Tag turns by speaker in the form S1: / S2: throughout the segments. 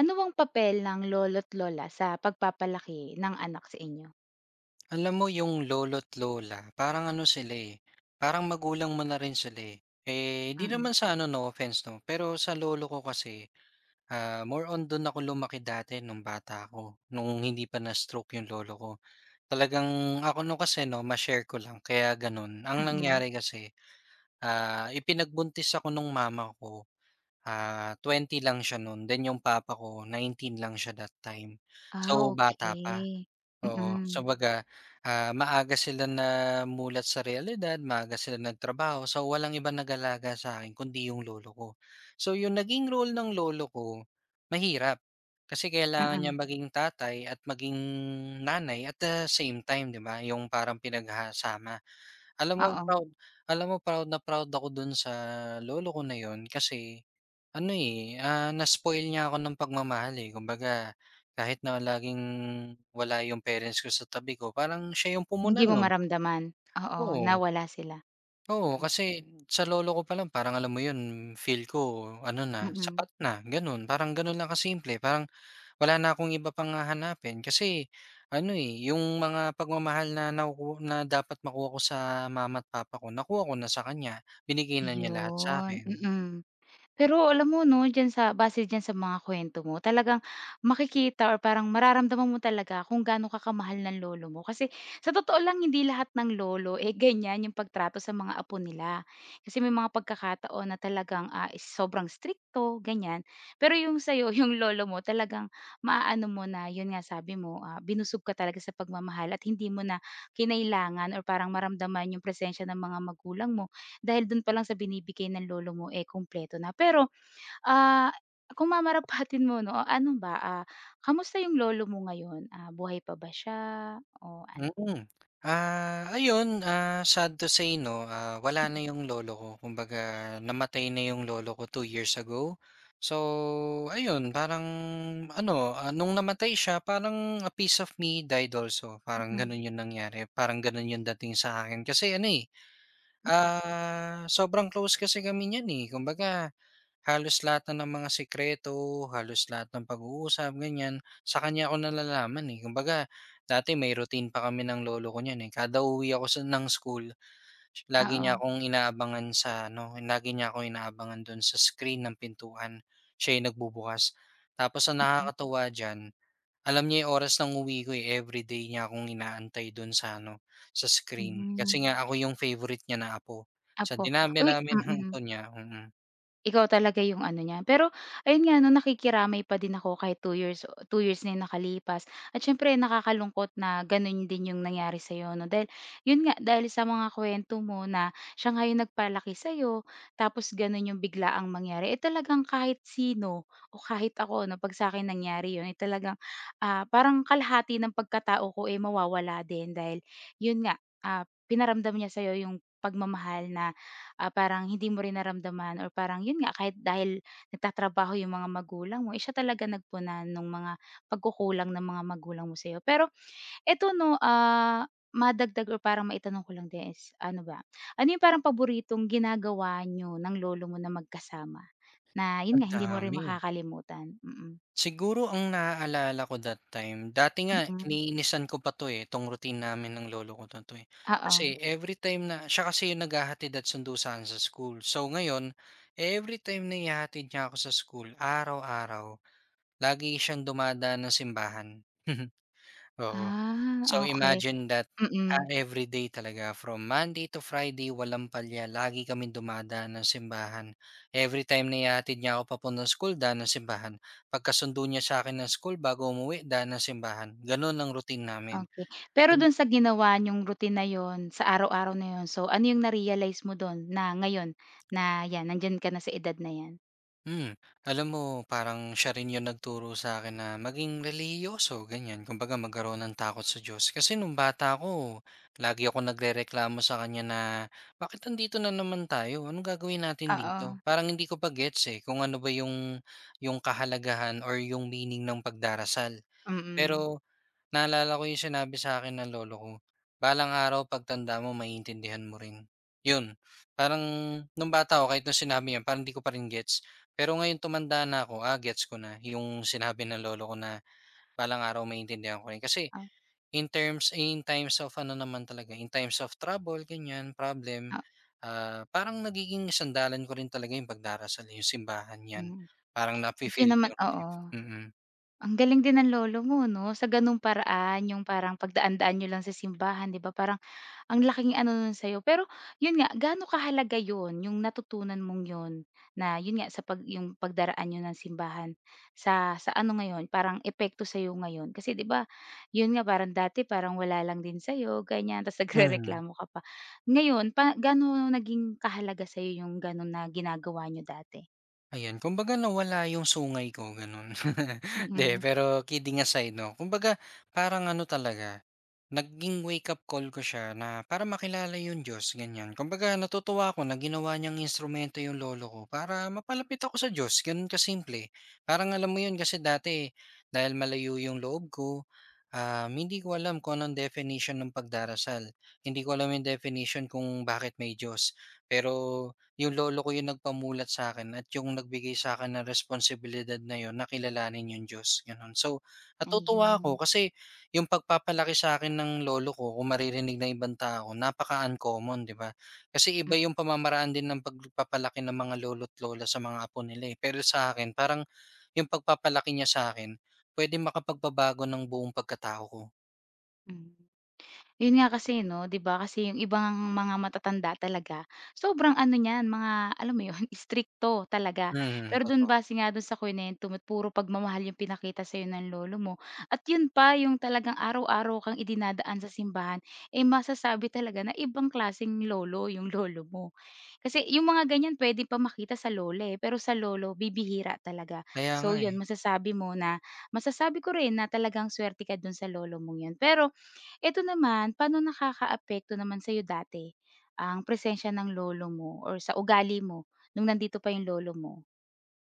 S1: Ano bang papel ng lolo't lola sa pagpapalaki ng anak sa inyo?
S2: Alam mo yung lolo't lola, parang ano sila, eh, parang magulang mo na rin sila, eh. Eh, hindi
S1: Mm,
S2: naman sa ano, no offense 'no, pero sa lolo ko kasi, more on do'n ako lumaki dati nung bata ako, nung hindi pa na-stroke yung lolo ko. Talagang ako no'n kasi 'no, ma-share ko lang kaya gano'n. Ang
S1: mm.
S2: nangyari kasi, ipinagbuntis ako nung mama ko, 20 lang siya no'n, then yung papa ko 19 lang siya that time.
S1: Ah,
S2: So, bata pa.
S1: okey.
S2: Oo,
S1: Mm,
S2: kumbaga, maaga sila namulat sa realidad, maaga sila nagtrabaho, so walang ibang nag-alaga sa akin kundi yung lolo ko. So yung naging role ng lolo ko, mahirap, kasi kailangan niya
S1: mm,
S2: maging tatay at maging nanay at the same time, 'di ba, yung parang pinagsasama. Alam mo
S1: oo.
S2: proud Alam mo proud na proud ako dun sa lolo ko na yun kasi ano, eh, na-spoil niya ako ng pagmamahal, eh. Kumbaga, kahit na laging wala yung parents ko sa tabi ko, parang siya yung
S1: Hindi
S2: pumuna
S1: mo
S2: nun.
S1: maramdaman? Oo, na
S2: Oo,
S1: wala sila.
S2: oo,
S1: Mm,
S2: kasi sa lolo ko palang parang alam mo yun, feel ko ano na,
S1: mm.
S2: sapat na, ganun. Parang ganun lang kasimple, parang wala na akong iba pang hahanapin. Kasi ano, eh, yung mga pagmamahal na na dapat makuha ko sa mama at papa ko, nakuha ko na sa kanya. Binigay na niya lahat sa
S1: Ayun,
S2: akin.
S1: mm. Pero alam mo 'no, diyan sa base diyan sa mga kuwento mo talagang makikita or parang mararamdaman mo talaga kung gaano ka kamahal ng lolo mo. Kasi sa totoo lang hindi lahat ng lolo, eh, ganyan yung pagtrato sa mga apo nila. Kasi may mga pagkakataon na talagang, sobrang stricto ganyan. Pero yung sa'yo, yung lolo mo talagang maaano mo na yun nga sabi mo, binusog ka talaga sa pagmamahal at hindi mo na kinailangan or parang maramdaman yung presensya ng mga magulang mo dahil dun pa lang sa binibigay ng lolo mo, eh, kumpleto na. Pero, ah, kung mamarapatin mo 'no, ano ba, kamusta yung lolo mo ngayon? Ah, buhay pa ba siya o ano?
S2: Mm. Ayun, sad to say 'no, wala na
S1: Mm,
S2: yung lolo ko. Kumbaga namatay na yung lolo ko 2 years ago. So, ayun parang ano, nung namatay siya parang a piece of me died also, parang
S1: mm,
S2: gano'n yung nangyari. Parang gano'n yung dating sa akin kasi ano, eh,
S1: mm.
S2: sobrang close kasi kami niyan, eh. Kumbaga halos lahat na ng mga sikreto, halos lahat ng pag-uusap, ganyan, sa kanya ko nalalaman, eh. Kumbaga dati may routine pa kami ng lolo ko niyan, eh. Kada uwi ako ng school, lagi
S1: Oo,
S2: niya akong inaabangan sa ano, lagi niya akong inaabangan do'n sa screen ng pintuan. Siya yung nagbubukas. Tapos ang
S1: mm,
S2: nakakatuwa diyan, alam niya yung oras ng uwi ko, eh. Everyday niya akong inaantay do'n sa ano, sa screen. Kasi
S1: hmm.
S2: nga ako yung favorite niya na apo. Sa
S1: Opo,
S2: dinami
S1: uy
S2: namin ng
S1: mm.
S2: apo niya,
S1: Ikaw talaga yung ano niya. Pero ayun nga 'no, nakikiramay pa din ako kahit 2 years 2 years na yung nakalipas at siyempre nakakalungkot na gano'n din yung nangyari sa'yo 'no. Dahil yun nga, dahil sa mga kuwento mo na siya nga yung nagpalaki sa'yo tapos gano'n yung biglaang mangyari, eh, talagang kahit sino o kahit ako 'no, 'pag sa'kin nangyari yun, eh, talagang, parang kalahati ng pagkatao ko, eh, mawawala din dahil yun nga, pinaramdam niya sa'yo yung pagmamahal na Ah, parang hindi mo rin naramdaman or parang yun nga kahit dahil nagtatrabaho yung mga magulang mo, eh, siya talaga nagpunan nung mga pagkukulang ng mga magulang mo sa'yo. Pero eto 'no, madagdag or parang maitanong ko lang din is ano ba, ano yung parang paboritong ginagawa niyo ng lolo mo na magkasama? Na yun
S2: ang
S1: nga hindi mo rin
S2: dami.
S1: makakalimutan? Mm.
S2: Siguro ang naaalala ko that time, dati nga
S1: Mm.
S2: iniinisan ko pa 'to, eh, 'tong routine namin ng lolo ko na 'to, eh. Kasi
S1: Oo.
S2: everytime na siya kasi yung naghahatid at sundo sa'kin sa school. So ngayon, everytime na ihahatid niya ako sa school, araw-araw, lagi siyang dumadaan ng simbahan. Oo. So,
S1: Ah, okay
S2: imagine that,
S1: okey. Mm.
S2: every day talaga from Monday to Friday walang palya lagi kami dumadaan ng simbahan. Every time na ihahatid niya ako papunta papuntang school daan ng simbahan, pagkasundo niya sa akin ng school bago umuwi daan ng simbahan, gano'n ang routine namin.
S1: Okey. Pero dun sa ginawa niyong routine na yun, sa araw-araw na yun, so ano yung na-realize mo dun na ngayon na 'yan, nandiyan ka na sa edad na 'yan?
S2: Hmm, alam mo parang siya rin yung nagturo sa akin na maging relihiyoso ganyan, kumbaga magkaroon ng takot sa Diyos. Kasi nung bata ako, lagi akong nagrereklamo sa kanya na, "Bakit nandito na naman tayo? Anong gagawin natin dito?"
S1: Oo,
S2: Parang hindi ko pa gets, eh, kung ano ba yung kahalagahan or yung meaning ng pagdarasal.
S1: mm.
S2: Pero naalala ko yung sinabi sa akin ng lolo ko, "Balang araw pagtanda mo maiintindihan mo rin." Yun, parang nung bata ako kahit nung sinabi yun parang 'di ko pa rin gets. Pero ngayon tumanda na ako, gets ko na yung sinabi ng lolo ko na balang araw maintindihan ko rin. Kasi
S1: Ah,
S2: in times of ano naman talaga, in times of trouble ganyan, problem,
S1: ah,
S2: parang nagiging sandalan ko rin talaga yung pagdarasal, eh, yung simbahan 'yan.
S1: hmm.
S2: Parang
S1: At yun
S2: nafi-feel ko
S1: naman
S2: yung relief,
S1: oo.
S2: mm.
S1: Ang galing din ng lolo mo 'no, sa ganung paraan yung parang pagdaan-daan niyo lang sa simbahan, 'di ba? Parang Ang laking ano nun sa'yo. Pero yun nga, gaano kahalaga yun, yung natutunan mong yun na yun nga sa pag yung pagdaraan yun ng simbahan sa ano ngayon, parang epekto sa'yo ngayon? Kasi 'di ba yun nga parang dati parang wala lang din sa'yo ganyan tapos
S2: Mhm.
S1: nagrereklamo ka pa. Ngayon pa gaano naging kahalaga sa'yo yung ganun na ginagawa niyo dati?
S2: Ayan, kumbaga nawala yung sungay ko gano'n. De,
S1: Mm,
S2: pero kidding aside 'no, kumbaga parang ano talaga, naging wake up call ko siya na para makilala yung Diyos ganyan. Kumbaga natutuwa ako na ginawa niyang instrumento yung lolo ko para mapalapit ako sa Diyos, gano'n kasimple. Parang alam mo yun kasi dati, dahil malayo yung loob ko, hindi ko alam kung anong definition ng pagdarasal. Hindi ko alam yung definition kung bakit may Diyos. Pero yung lolo ko yung nagpamulat sa akin at yung nagbigay sa sa'kin ng responsibilidad na yun na kilalanin yung Diyos, gano'n. So, natutuwa ako
S1: ayun.
S2: kasi yung pagpapalaki sa akin ng lolo ko kung maririnig ng ibang tao, napaka-uncommon, 'di ba? Kasi iba yung pamamaraan din ng pagpapalaki ng mga lolo't lola sa mga apo nila, eh. Pero sa'kin parang yung pagpapalaki niya sa akin puwedeng makapagpabago ng buong pagkatao ko.
S1: Mm. Yun nga kasi 'no, 'di ba, kasi yung ibang mga matatanda talaga, sobrang ano niyan, mga alam mo yun, istrikto talaga.
S2: Mm,
S1: Pero dun
S2: totoo.
S1: base nga dun sa kuwento mo't puro pagmamahal yung pinakita sa'yo ng lolo mo at yun pa yung talagang araw-araw kang idinadaan sa simbahan, eh, masasabi talaga na ibang klaseng lolo yung lolo mo. Kasi yung mga ganyan pwede pa makita sa lola, eh, pero sa lolo bibihira talaga.
S2: Kaya nga,
S1: So
S2: eh.
S1: yun, masasabi ko rin na talagang swerte ka dun sa lolo mong yun. Pero ito naman, paano nakakaapekto naman sa'yo dati ang presensya ng lolo mo or sa ugali mo nung nandito pa yung lolo mo?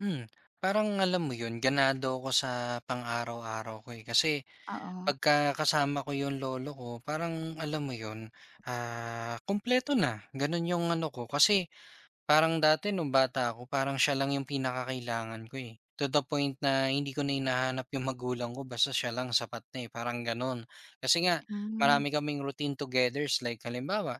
S2: Hmm, parang alam mo 'yun, ganado ako sa pang-araw-araw ko, eh. Kasi
S1: Oo.
S2: pagka kasama ko 'yung lolo ko parang alam mo 'yun, kumpleto na, gano'n 'yung ano ko. Kasi parang dati nung bata ako parang siya lang 'yung pinakakailangan ko, eh. To the point na hindi ko na hinahanap 'yung magulang ko basta siya lang sapat na, eh, parang gano'n. Kasi nga
S1: Hmm,
S2: marami kaming routine togethers like halimbawa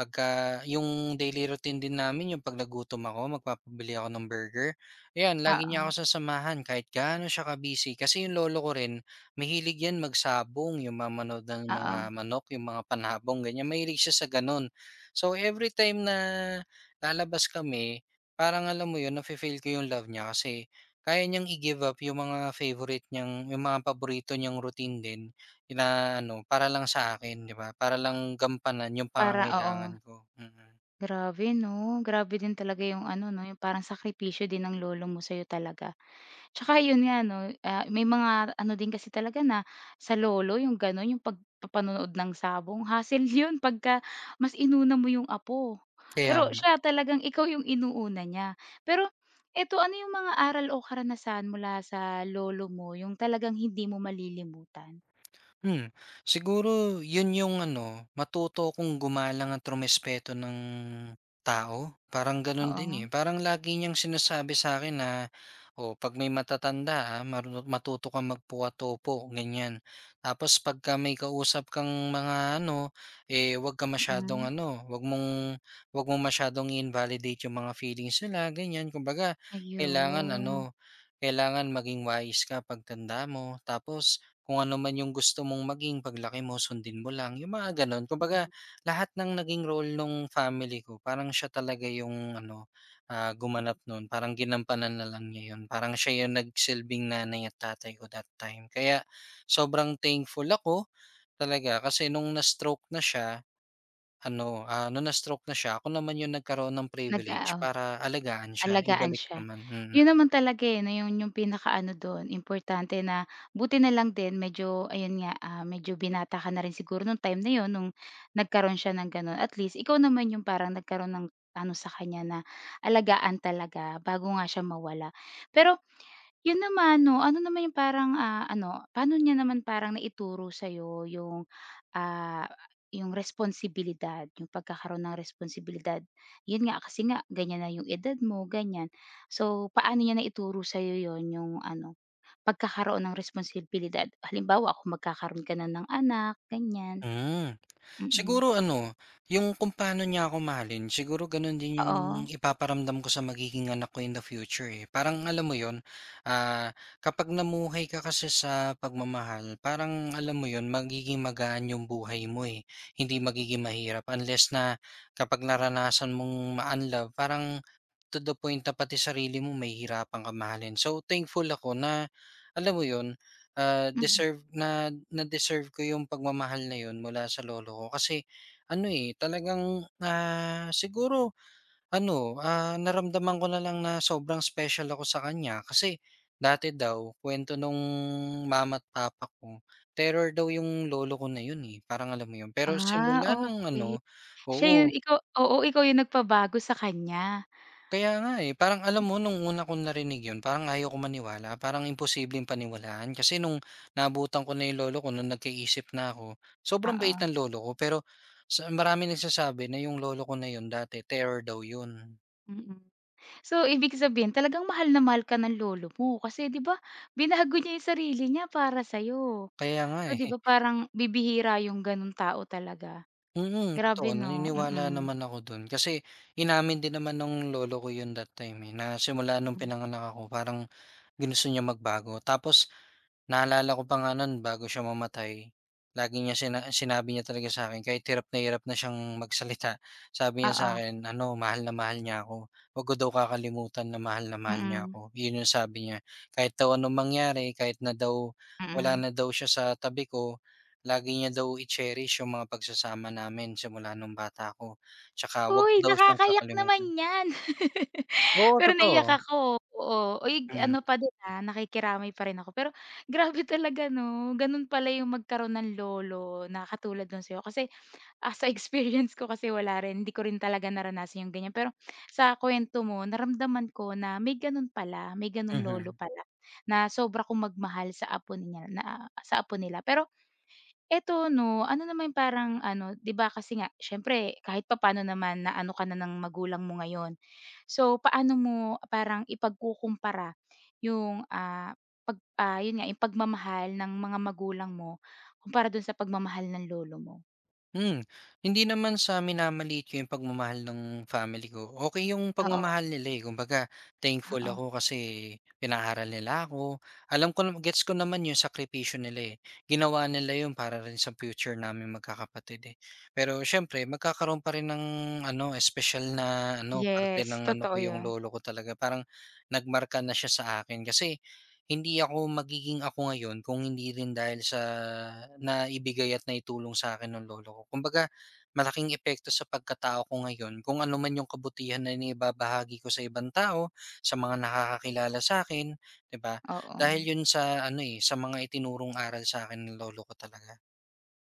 S2: pagka yung daily routine din namin yung 'pag nagutom ako magpapabili ako ng burger, ayan lagi niya
S1: oo,
S2: ako sasamahan kahit gaano siya ka-busy. Kasi yung lolo ko rin mahilig 'yan magsabong, yung mamanood ng mga
S1: oo.
S2: manok, yung mga panabong ganyan, mahilig siya sa gano'n. So, every time na lalabas kami parang alam mo 'yun nafe-feel ko yung love niya kasi kaya niyang i-give up yung mga paborito niyang routine din inaano para lang sa akin, 'di ba? Para lang gampanan yung
S1: Para oo.
S2: pangangailangan ko, mm.
S1: Grabe 'no, grabe din talaga yung ano 'no, yung parang sakripisyo din ng lolo mo sa'yo talaga. Tsaka yun nga 'no, may mga ano din kasi talaga na sa lolo yung gano'n, yung pagpapanonood ng sabong hassle yun pagka mas inuna mo yung apo.
S2: Kaya
S1: Pero siya talagang ikaw yung inuuna niya. Pero eto, ano yung mga aral o karanasan mula sa lolo mo yung talagang hindi mo malilimutan?
S2: Hmm, siguro 'yun yung ano, matuto akong gumalang at rumespeto ng tao, parang gano'n
S1: Oo,
S2: din, eh. Parang lagi niyang sinasabi sa akin na, "Oh, 'pag may matatanda, matuto kang magpuka-topo," ganiyan. Tapos pagka may kausap kang mga ano, eh, wag ka masyadong
S1: mm,
S2: ano, wag mong masyadong invalidate yung mga feelings nila, ganiyan. Kumbaga, kailangan
S1: ayun.
S2: ano, kailangan maging wise ka pagtanda mo. Tapos kung ano man yung gusto mong maging paglaki mo sundin mo lang, yung mga gano'n. Kumbaga
S1: Mm.
S2: lahat ng naging role nung family ko parang siya talaga yung ano, gumanap nun, parang ginampanan na lang niya yun. Parang siya yung nagsilbing nanay at tatay ko that time. Kaya sobrang thankful ako talaga kasi nung na-stroke na siya ako naman yung nagkaroon ng
S1: nag
S2: privilege para alagaan siya,
S1: Alagaan
S2: ibalik
S1: siya.
S2: naman, mm.
S1: Yun naman talaga, eh, na yun yung pinakaano dun, importante na buti na lang din medyo ayun nga, medyo binata ka na rin siguro nung time na yun, nung nagkaroon siya ng gano'n. At least ikaw naman yung parang nagkaroon ng ano sa kanya na alagaan talaga bago nga siya mawala. Pero yun naman 'no, ano naman yung parang, ah, ano, paano niya naman parang naituro sa'yo yung, ah, yung responsibilidad, yung pagkakaroon ng responsibilidad? Yun nga, kasi nga ganyan na yung edad mo, ganyan. So, paano niya naituro sa'yo yun, yung ano, pagkakaroon ng responsibilidad? Halimbawa, kung magkakaroon ka na ng anak, ganyan,
S2: Hmm.
S1: mm.
S2: Siguro ano, yung kung paano niya ako mahalin, siguro gano'n din yung
S1: Oo,
S2: ipaparamdam ko sa magiging anak ko in the future, eh. Parang alam mo 'yun, ah, kapag namuhay ka kasi sa pagmamahal, parang alam mo 'yun, magiging magaan yung buhay mo, eh. Hindi magiging mahirap unless na kapag naranasan mong ma-unlove, parang to the point na pati sarili mo mahihirapan ka mahalin. So, thankful ako na alam mo 'yun, Ah,
S1: mm.
S2: deserve na na-deserve ko yung pagmamahal na yun mula sa lolo ko kasi ano, eh, talagang, siguro ano, naramdaman ko na lang na sobrang special ako sa kanya kasi dati daw kuwento nung mama't papa ko, terror daw yung lolo ko na yun, eh, parang alam mo yun. Pero
S1: Ah,
S2: simula ng
S1: okay
S2: ano,
S1: Siya
S2: oo.
S1: yung ikaw oo, ikaw yung nagpabago sa kanya?
S2: Kaya nga, eh. Parang alam mo nung una kong narinig yun parang ayaw ko maniwala, parang imposibleng paniwalaan kasi nung naabutan ko na yung lolo ko nung nagkaisip na ako, sobrang
S1: Oo,
S2: bait ng lolo ko pero sa maraming nagsasabi na yung lolo ko na yun dati terror daw yun.
S1: mm. So, ibig sabihin talagang mahal na mahal ka ng lolo mo kasi 'di ba binago niya yung sarili niya para sa'yo.
S2: Kaya nga,
S1: So,
S2: eh.
S1: 'di ba parang bibihira yung gano'ng tao talaga.
S2: Mm, totoo,
S1: Grabe 'no,
S2: naniniwala
S1: mm,
S2: naman ako dun kasi inamin din naman nung lolo ko yun that time, eh, na simula nung
S1: mm.
S2: pinanganak ako parang ginusto niya magbago tapos naalala ko pa nga nun bago siya mamatay, lagi niya sina sinabi niya talaga sa akin, kahit hirap na siyang magsalita, sabi niya sa
S1: Oo,
S2: akin, ano, mahal na mahal niya ako, 'wag ko daw kakalimutan na mahal niya
S1: mm,
S2: ako, yun yung sabi niya. Kahit daw anong mangyari, kahit na daw wala
S1: mm.
S2: na daw siya sa tabi ko, lagi niya daw i-cherish yung mga pagsasama namin simula nung bata ako, tsaka 'wag ko
S1: Hoy,
S2: daw siyang
S1: nakakaiyak naman
S2: kakalimutan.
S1: 'yan.
S2: Oo,
S1: Pero naiyak
S2: totoo.
S1: ako, oo. Uy,
S2: Mm,
S1: ano pa din, nakikiramay pa rin ako pero grabe talaga 'no, gano'n pala yung magkaroon ng lolo na katulad no'n sa'yo kasi Ah, sa experience ko kasi wala rin, hindi ko rin talaga naranasan yung ganyan. Pero sa kuwento mo naramdaman ko na may gano'n pala, may gano'ng lolo
S2: mhm.
S1: pala na sobra kong magmahal sa apo niya na sa apo nila. Pero eto 'no, ano naman yung parang ano, 'di ba kasi nga siyempre kahit papaano naman na ano ka na ng magulang mo ngayon. So, paano mo parang ipagkukumpara yung, ah, pag ah, yun nga yung pagmamahal ng mga magulang mo kumpara dun sa pagmamahal ng lolo mo?
S2: Hmm, hindi naman sa minamaliit ko yung pagmamahal ng family ko. Okay yung
S1: Oo,
S2: pagmamahal nila, eh, kumbaga thankful
S1: oo.
S2: ako kasi pinaharal nila ako. Alam ko gets ko naman yung sakripisyo nila, eh. Ginawa nila yun para rin sa future namin magkakapatid, eh. Pero siyempre magkakaroon pa rin ng ano, special na ano, parte
S1: Yes,
S2: ng ano
S1: totoo
S2: ko yung
S1: 'yun,
S2: lolo ko talaga. Parang nagmarka na siya sa akin kasi hindi ako magiging ako ngayon kung hindi rin dahil sa naibigay at naitulong sa akin ng lolo ko. Kumbaga malaking epekto sa pagkatao ko ngayon kung ano man yung kabutihan na naibabahagi ko sa ibang tao, sa mga nakakakilala sa akin, 'di ba?
S1: oo,
S2: Dahil yun sa ano, eh, sa mga itinurong aral sa'kin ng lolo ko talaga.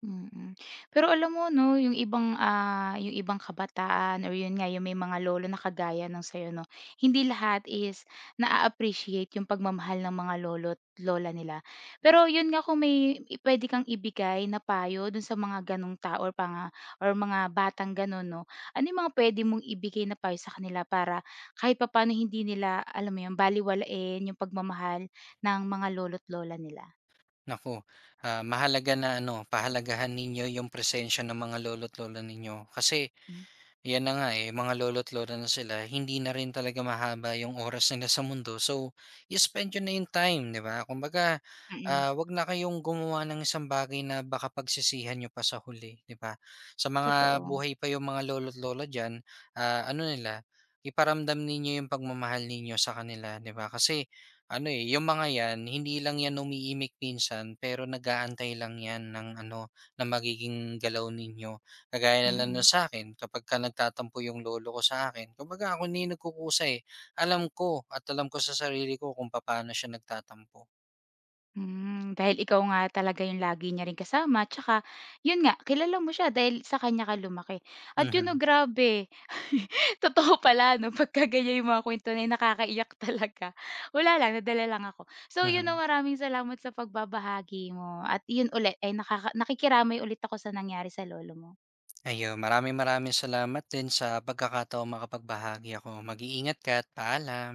S1: mm. Pero alam mo 'no, yung yung ibang kabataan or 'yun nga yung may mga lolo na kagaya nung sa'yo 'no, hindi lahat is naa-appreciate yung pagmamahal ng mga lolo't lola nila. Pero 'yun nga kung may puwede kang ibigay na payo dun sa mga gano'ng tao or mga batang gano'n 'no, ano yung mga puwede mong ibigay na payo sa kanila para kahit papaano hindi nila, alam mo 'yun, balewalain yung pagmamahal ng mga lolo't lola nila?
S2: Naku, mahalaga na ano, pahalagahan ninyo yung presensya ng mga lolo't lola ninyo kasi yan na nga, eh, mga lolo't lola na sila, hindi na rin talaga mahaba yung oras nila sa mundo. So, you spend yun na yung time, 'di ba? Kumbaga,
S1: Mm,
S2: 'wag na kayong gumawa ng isang bagay na baka pagsisihan niyo pa sa huli, 'di ba? Sa mga
S1: totoo.
S2: buhay pa yung mga lolo't lola diyan, ano nila, iparamdam ninyo yung pagmamahal ninyo sa kanila, 'di ba? Kasi ano eh, yung mga yan, hindi lang yan umiimik minsan, pero nag-aantay lang yan ng ano, na magiging galaw ninyo. Kagaya na lang nun
S1: Mm,
S2: sa akin, kapagka nagtatampo yung lolo ko sa akin, kumbaga ako na yung nagkukusa, eh. Alam ko at alam ko sa sarili ko kung paano siya nagtatampo.
S1: hmm, dahil ikaw nga talaga yung lagi niya ring kasama tsaka yun nga, kilala mo siya dahil sa kanya ka lumaki at yun 'no,
S2: Mhm,
S1: grabe. Totoo pala 'no, pagka ganyan yung mga kuwento na yun nakakaiyak talaga. Wala lang, nadala lang ako. So yun 'no,
S2: mhm.
S1: maraming salamat sa pagbabahagi mo at yun ulit ay nakikiramay ulit ako sa nangyari sa lolo mo.
S2: Ayun, maraming maraming salamat din sa pagkakataong makapagbahagi ako. Mag-iingat ka at paalam.